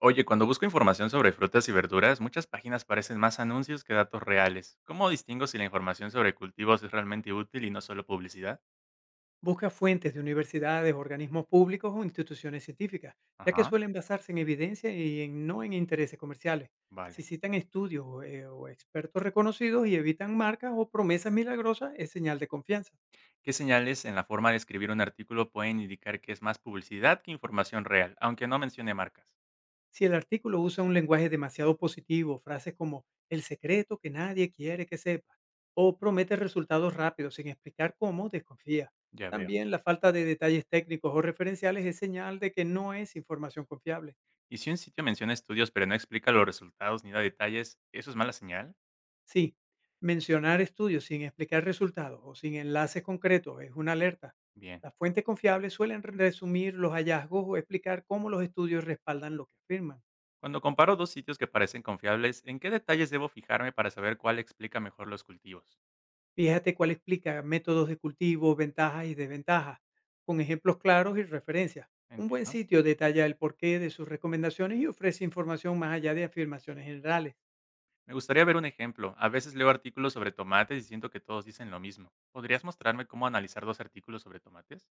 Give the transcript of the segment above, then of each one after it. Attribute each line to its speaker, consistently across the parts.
Speaker 1: Oye, cuando busco información sobre frutas y verduras, muchas páginas parecen más anuncios que datos reales. ¿Cómo distingo si la información sobre cultivos es realmente útil y no solo publicidad?
Speaker 2: Busca fuentes de universidades, organismos públicos o instituciones científicas, ya que
Speaker 1: Ajá,
Speaker 2: suelen basarse en evidencia no en intereses comerciales. Si
Speaker 1: vale.
Speaker 2: citan estudios o expertos reconocidos y evitan marcas o promesas milagrosas, es señal de confianza.
Speaker 1: ¿Qué señales en la forma de escribir un artículo pueden indicar que es más publicidad que información real, aunque no mencione marcas?
Speaker 2: Si el artículo usa un lenguaje demasiado positivo, frases como el secreto que nadie quiere que sepa, o promete resultados rápidos sin explicar cómo, desconfía.
Speaker 1: Ya veo.
Speaker 2: También la falta de detalles técnicos o referenciales es señal de que no es información confiable.
Speaker 1: ¿Y si un sitio menciona estudios pero no explica los resultados ni da detalles, eso es mala señal?
Speaker 2: Sí, mencionar estudios sin explicar resultados o sin enlaces concretos es una alerta.
Speaker 1: Bien.
Speaker 2: Las fuentes confiables suelen resumir los hallazgos o explicar cómo los estudios respaldan lo que afirman.
Speaker 1: Cuando comparo dos sitios que parecen confiables, ¿en qué detalles debo fijarme para saber cuál explica mejor los cultivos?
Speaker 2: Fíjate cuál explica métodos de cultivo, ventajas y desventajas, con ejemplos claros y referencias. Un buen
Speaker 1: Entiendo.
Speaker 2: sitio detalla el porqué de sus recomendaciones y ofrece información más allá de afirmaciones generales.
Speaker 1: Me gustaría ver un ejemplo. A veces leo artículos sobre tomates y siento que todos dicen lo mismo. ¿Podrías mostrarme cómo analizar dos artículos sobre tomates?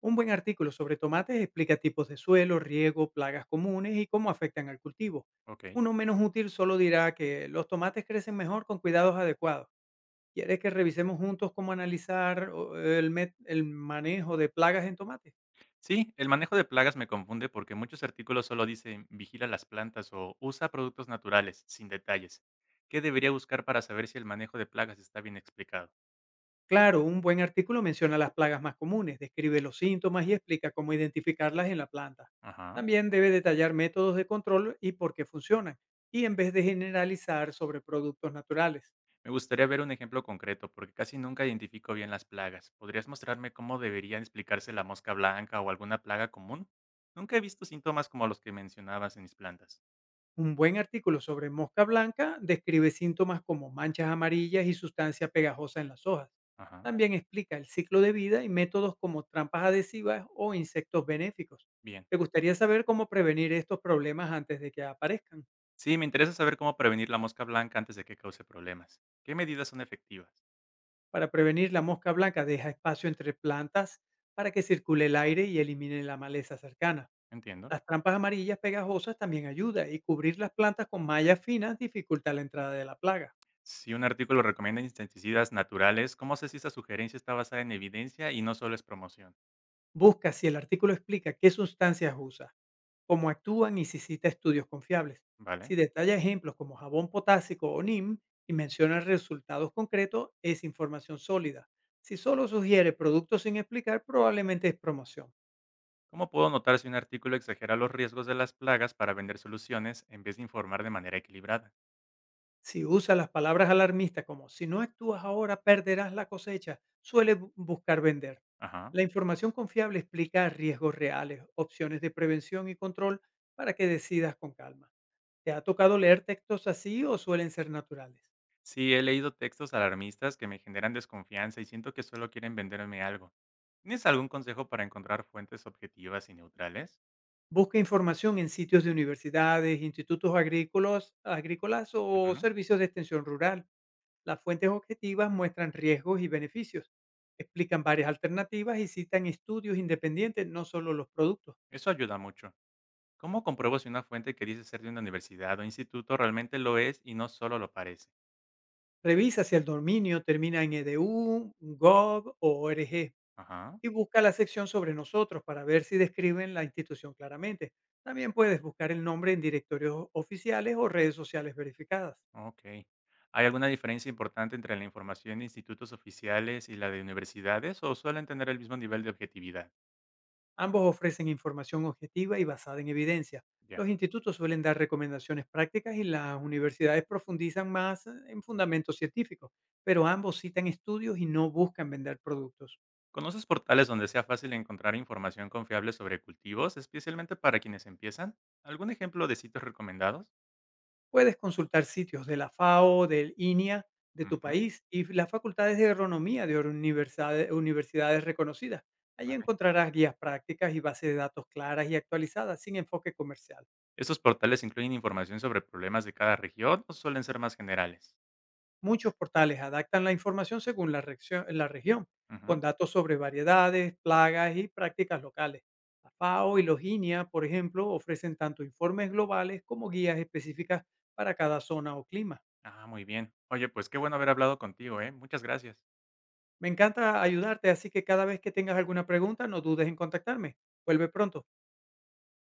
Speaker 2: Un buen artículo sobre tomates explica tipos de suelo, riego, plagas comunes y cómo afectan al cultivo.
Speaker 1: Ok.
Speaker 2: Uno menos útil solo dirá que los tomates crecen mejor con cuidados adecuados. ¿Quieres que revisemos juntos cómo analizar el manejo de plagas en tomates?
Speaker 1: Sí, el manejo de plagas me confunde porque muchos artículos solo dicen vigila las plantas o usa productos naturales, sin detalles. ¿Qué debería buscar para saber si el manejo de plagas está bien explicado?
Speaker 2: Claro, un buen artículo menciona las plagas más comunes, describe los síntomas y explica cómo identificarlas en la planta.
Speaker 1: Ajá.
Speaker 2: También debe detallar métodos de control y por qué funcionan, y en vez de generalizar sobre productos naturales.
Speaker 1: Me gustaría ver un ejemplo concreto porque casi nunca identifico bien las plagas. ¿Podrías mostrarme cómo deberían explicarse la mosca blanca o alguna plaga común? Nunca he visto síntomas como los que mencionabas en mis plantas.
Speaker 2: Un buen artículo sobre mosca blanca describe síntomas como manchas amarillas y sustancia pegajosa en las hojas.
Speaker 1: Ajá.
Speaker 2: También explica el ciclo de vida y métodos como trampas adhesivas o insectos benéficos.
Speaker 1: Bien.
Speaker 2: ¿Te gustaría saber cómo prevenir estos problemas antes de que aparezcan?
Speaker 1: Sí, me interesa saber cómo prevenir la mosca blanca antes de que cause problemas. ¿Qué medidas son efectivas?
Speaker 2: Para prevenir la mosca blanca deja espacio entre plantas para que circule el aire y elimine la maleza cercana.
Speaker 1: Entiendo.
Speaker 2: Las trampas amarillas pegajosas también ayuda y cubrir las plantas con mallas finas dificulta la entrada de la plaga.
Speaker 1: Si un artículo recomienda insecticidas naturales, ¿cómo sé si esa sugerencia está basada en evidencia y no solo es promoción?
Speaker 2: Busca si el artículo explica qué sustancias usa, cómo actúan y si cita estudios confiables. Si
Speaker 1: ¿Vale?
Speaker 2: detalla ejemplos como jabón potásico o NIM y menciona resultados concretos, es información sólida. Si solo sugiere productos sin explicar, probablemente es promoción.
Speaker 1: ¿Cómo puedo notar si un artículo exagera los riesgos de las plagas para vender soluciones en vez de informar de manera equilibrada?
Speaker 2: Si usa las palabras alarmistas como si no actúas ahora perderás la cosecha, suele buscar vender.
Speaker 1: Ajá.
Speaker 2: La información confiable explica riesgos reales, opciones de prevención y control para que decidas con calma. ¿Te ha tocado leer textos así o suelen ser naturales?
Speaker 1: Sí, he leído textos alarmistas que me generan desconfianza y siento que solo quieren venderme algo. ¿Tienes algún consejo para encontrar fuentes objetivas y neutrales?
Speaker 2: Busca información en sitios de universidades, institutos agrícolas, agrícolas o
Speaker 1: Ujú.
Speaker 2: servicios de extensión rural. Las fuentes objetivas muestran riesgos y beneficios, explican varias alternativas y citan estudios independientes, no solo los productos.
Speaker 1: Eso ayuda mucho. ¿Cómo compruebo si una fuente que dice ser de una universidad o instituto realmente lo es y no solo lo parece?
Speaker 2: Revisa si el dominio termina en edu, gov o org,
Speaker 1: Ajá,
Speaker 2: y busca la sección sobre nosotros para ver si describen la institución claramente. También puedes buscar el nombre en directorios oficiales o redes sociales verificadas.
Speaker 1: ok. ¿Hay alguna diferencia importante entre la información de institutos oficiales y la de universidades o suelen tener el mismo nivel de objetividad?
Speaker 2: Ambos ofrecen información objetiva y basada en evidencia.
Speaker 1: Ya.
Speaker 2: Los institutos suelen dar recomendaciones prácticas y las universidades profundizan más en fundamentos científicos, pero ambos citan estudios y no buscan vender productos.
Speaker 1: ¿Conoces portales donde sea fácil encontrar información confiable sobre cultivos, especialmente para quienes empiezan? ¿Algún ejemplo de sitios recomendados?
Speaker 2: Puedes consultar sitios de la FAO, del INIA, de tu
Speaker 1: Ujú,
Speaker 2: país y las facultades de agronomía de universidades reconocidas. Allí
Speaker 1: vale.
Speaker 2: encontrarás guías prácticas y bases de datos claras y actualizadas sin enfoque comercial.
Speaker 1: ¿Estos portales incluyen información sobre problemas de cada región o suelen ser más generales?
Speaker 2: Muchos portales adaptan la información según la región, con
Speaker 1: Ujú.
Speaker 2: datos sobre variedades, plagas y prácticas locales. La FAO y los INIA, por ejemplo, ofrecen tanto informes globales como guías específicas para cada zona o clima.
Speaker 1: Ah, muy bien. Oye, pues qué bueno haber hablado contigo, ¿eh? Muchas gracias.
Speaker 2: Me encanta ayudarte, así que cada vez que tengas alguna pregunta, no dudes en contactarme. Vuelve pronto.